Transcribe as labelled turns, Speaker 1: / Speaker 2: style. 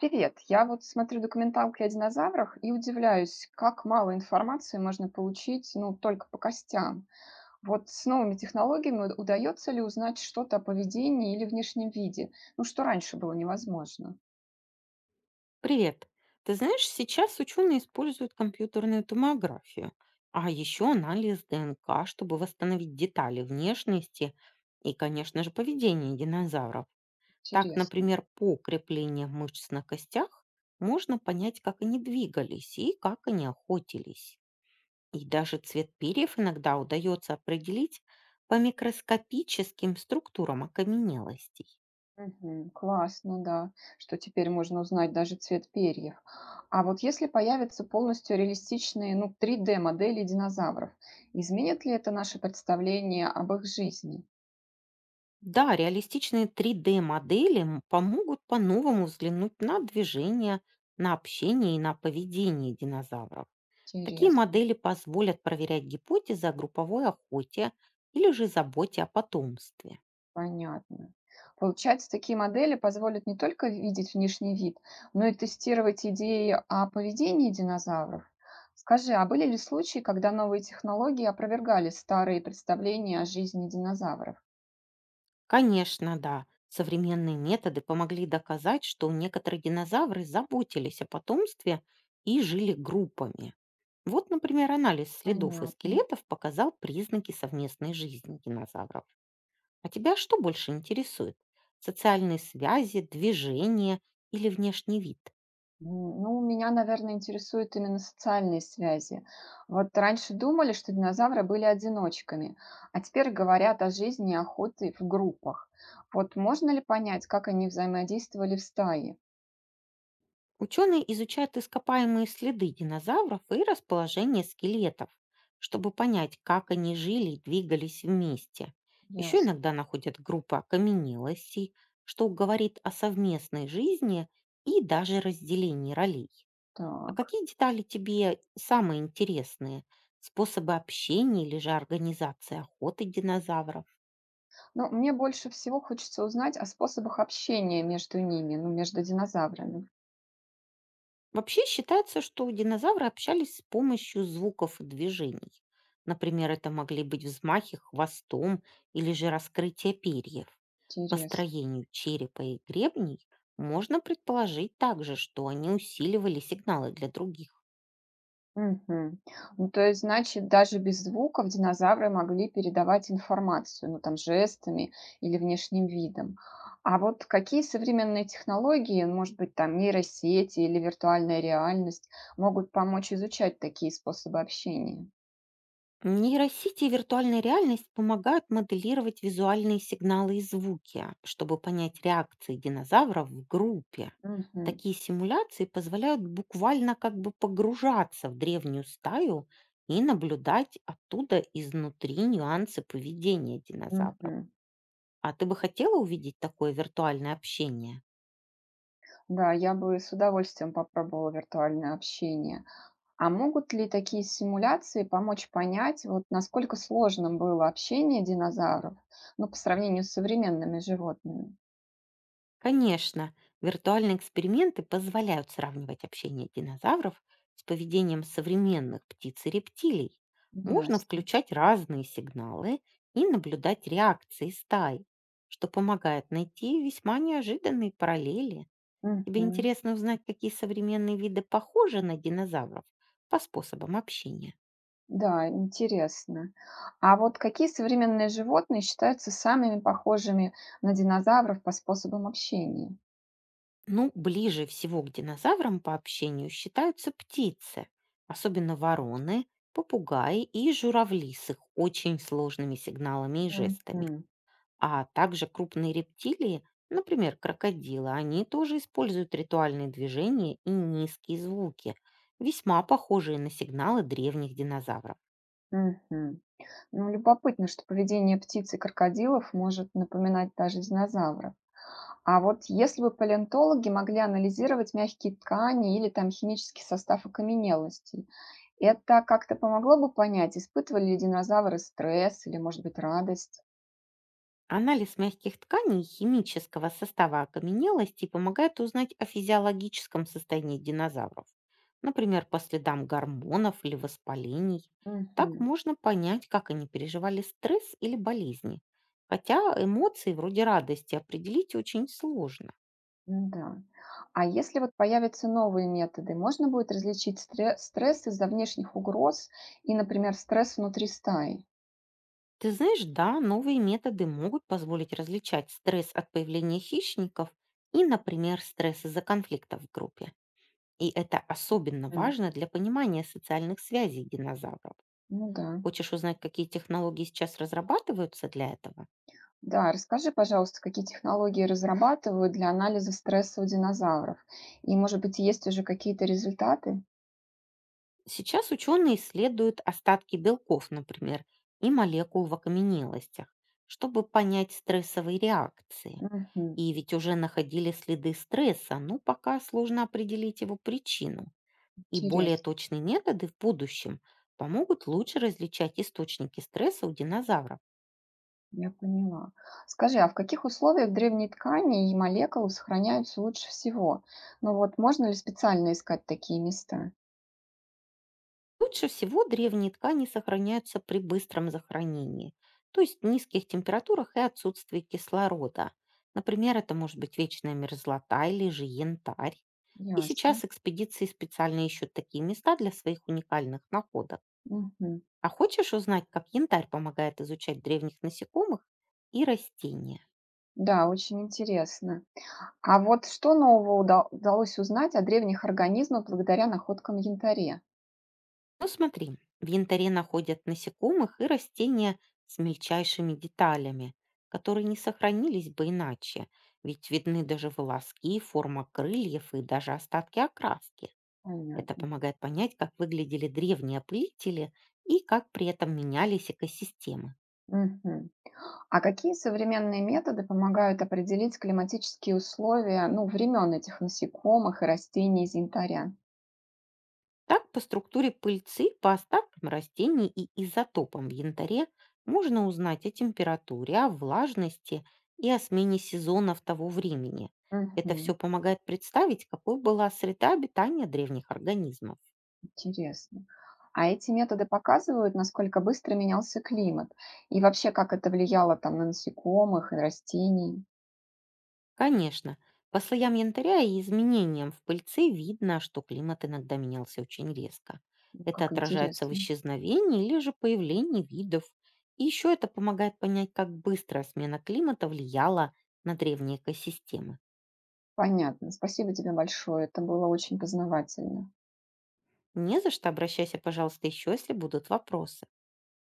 Speaker 1: Привет. Я вот смотрю документалки о динозаврах и удивляюсь, как мало информации можно получить, ну, только по костям. Вот с новыми технологиями удается ли узнать что-то о поведении или внешнем виде? Ну, что раньше было невозможно.
Speaker 2: Привет. Ты знаешь, сейчас ученые используют компьютерную томографию, а еще анализ ДНК, чтобы восстановить детали внешности и, конечно же, поведения динозавров. Так,
Speaker 1: Интересно.
Speaker 2: например, по укреплению мышц на костях можно понять, как они двигались и как они охотились. И даже цвет перьев иногда удается определить по микроскопическим структурам окаменелостей.
Speaker 1: Мгм. Классно, да, что теперь можно узнать даже цвет перьев. А вот если появятся полностью реалистичные, ну, 3D-модели динозавров, изменит ли это наше представление об их жизни?
Speaker 2: Да, реалистичные 3D-модели помогут по-новому взглянуть на движение, на общение и на поведение динозавров. Такие
Speaker 1: Интересно.
Speaker 2: модели позволят проверять гипотезы о групповой охоте или же заботе о потомстве.
Speaker 1: Понятно. Получается, такие модели позволят не только видеть внешний вид, но и тестировать идеи о поведении динозавров. Скажи, а были ли случаи, когда новые технологии опровергали старые представления о жизни динозавров?
Speaker 2: Конечно, да, современные методы помогли доказать, что некоторые динозавры заботились о потомстве и жили группами. Вот, например, анализ следов и
Speaker 1: Понятно.
Speaker 2: скелетов показал признаки совместной жизни динозавров. А тебя что больше интересует? Социальные связи, движение или внешний вид?
Speaker 1: М, Ну, меня, наверное, интересуют именно социальные связи. Вот раньше думали, что динозавры были одиночками, а теперь говорят о жизни охоты в группах. Вот можно ли понять, как они взаимодействовали в стае?
Speaker 2: Ученые изучают ископаемые следы динозавров и расположение скелетов, чтобы понять, как они жили и двигались вместе. Еще
Speaker 1: Ясно.
Speaker 2: иногда находят группы окаменелостей, что говорит о совместной жизни и даже разделении ролей. А
Speaker 1: Так.
Speaker 2: какие детали тебе самые интересные? Способы общения или же организации охоты динозавров?
Speaker 1: Ну, мне больше всего хочется узнать о способах общения между ними, ну, между динозаврами.
Speaker 2: Вообще считается, что динозавры общались с помощью звуков и движений. Например, это могли быть взмахи хвостом или же раскрытие перьев. По
Speaker 1: Интересно.
Speaker 2: строению черепа и гребней можно предположить также, что они усиливали сигналы для других.
Speaker 1: Мгм. Ну, то есть, значит, даже без звуков динозавры могли передавать информацию, ну, там, жестами или внешним видом. А вот какие современные технологии, ну, может быть, там, нейросети или виртуальная реальность, могут помочь изучать такие способы общения?
Speaker 2: Нейросети и виртуальная реальность помогают моделировать визуальные сигналы и звуки, чтобы понять реакции динозавров в группе.
Speaker 1: Мгм.
Speaker 2: Такие симуляции позволяют буквально как бы погружаться в древнюю стаю и наблюдать оттуда изнутри нюансы поведения динозавров.
Speaker 1: Мгм.
Speaker 2: А ты бы хотела увидеть такое виртуальное общение?
Speaker 1: Да, я бы с удовольствием попробовала виртуальное общение. А могут ли такие симуляции помочь понять, вот насколько сложным было общение динозавров, ну, по сравнению с современными животными?
Speaker 2: Конечно, виртуальные эксперименты позволяют сравнивать общение динозавров с поведением современных птиц и рептилий. Можно
Speaker 1: Ясно.
Speaker 2: включать разные сигналы и наблюдать реакции стаи, что помогает найти весьма неожиданные параллели. Тебе
Speaker 1: Мгм.
Speaker 2: интересно узнать, какие современные виды похожи на динозавров по способам общения?
Speaker 1: Да, интересно. А вот какие современные животные считаются самыми похожими на динозавров по способам общения?
Speaker 2: Ну, ближе всего к динозаврам по общению считаются птицы, особенно вороны, попугаи и журавли с их очень сложными сигналами и жестами.
Speaker 1: Мгм.
Speaker 2: А также крупные рептилии, например, крокодилы, они тоже используют ритуальные движения и низкие звуки, весьма похожие на сигналы древних динозавров.
Speaker 1: Мгм. Ну, любопытно, что поведение птиц и крокодилов может напоминать даже динозавров. А вот если бы палеонтологи могли анализировать мягкие ткани или там химический состав окаменелостей, это как-то помогло бы понять, испытывали ли динозавры стресс или, может быть, радость?
Speaker 2: Анализ мягких тканей и химического состава окаменелости помогает узнать о физиологическом состоянии динозавров, например, по следам гормонов или воспалений. Так
Speaker 1: Мгм.
Speaker 2: можно понять, как они переживали стресс или болезни. Хотя эмоции вроде радости определить очень сложно.
Speaker 1: Ну да. А если вот появятся новые методы, можно будет различить стресс из-за внешних угроз и, например, стресс внутри стаи?
Speaker 2: Ты знаешь, да, новые методы могут позволить различать стресс от появления хищников и, например, стресс из-за конфликта в группе. И это особенно
Speaker 1: М,
Speaker 2: важно для понимания социальных связей динозавров.
Speaker 1: Ну да.
Speaker 2: Хочешь узнать, какие технологии сейчас разрабатываются для этого?
Speaker 1: Да, расскажи, пожалуйста, какие технологии разрабатывают для анализа стресса у динозавров? И, может быть, есть уже какие-то результаты?
Speaker 2: Сейчас ученые исследуют остатки белков, например, и молекул в окаменелостях, чтобы понять стрессовые реакции.
Speaker 1: Мгм.
Speaker 2: И ведь уже находили следы стресса, но пока сложно определить его причину. И более
Speaker 1: Интересно,
Speaker 2: точные методы в будущем помогут лучше различать источники стресса у динозавров.
Speaker 1: я поняла. Скажи, а в каких условиях древние ткани и молекулы сохраняются лучше всего? Ну вот, можно ли специально искать такие места?
Speaker 2: Лучше всего древние ткани сохраняются при быстром захоронении, то есть низких температурах и отсутствии кислорода. Например, это может быть вечная мерзлота или же янтарь. И
Speaker 1: Ясно.
Speaker 2: сейчас экспедиции специально ищут такие места для своих уникальных находок.
Speaker 1: Мгм.
Speaker 2: А хочешь узнать, как янтарь помогает изучать древних насекомых и растения?
Speaker 1: Да, очень интересно. А вот что нового удалось узнать о древних организмах благодаря находкам янтаря?
Speaker 2: Ну смотри, в янтаре находят насекомых и растения с мельчайшими деталями, которые не сохранились бы иначе, ведь видны даже волоски, форма крыльев и даже остатки окраски. Это
Speaker 1: Понятно.
Speaker 2: помогает понять, как выглядели древние опылители и как при этом менялись экосистемы.
Speaker 1: Мгм. А какие современные методы помогают определить климатические условия, ну, времен этих насекомых и растений из янтаря?
Speaker 2: Так, по структуре пыльцы, по остаткам растений и изотопам в янтаре можно узнать о температуре, о влажности и о смене сезонов того времени. Это все
Speaker 1: Мгм.
Speaker 2: помогает представить, какой была среда обитания древних организмов.
Speaker 1: Интересно. А эти методы показывают, насколько быстро менялся климат и вообще, как это влияло там на насекомых и растений.
Speaker 2: Конечно, по слоям янтаря и изменениям в пыльце видно, что климат иногда менялся очень резко.
Speaker 1: Ну,
Speaker 2: Это
Speaker 1: как
Speaker 2: отражается в
Speaker 1: интересно.
Speaker 2: исчезновении или же появлении видов. И еще это помогает понять, как быстро смена климата влияла на древние экосистемы.
Speaker 1: Понятно. Спасибо тебе большое. Это было очень познавательно.
Speaker 2: Не за что, обращайся, пожалуйста, еще, если будут вопросы.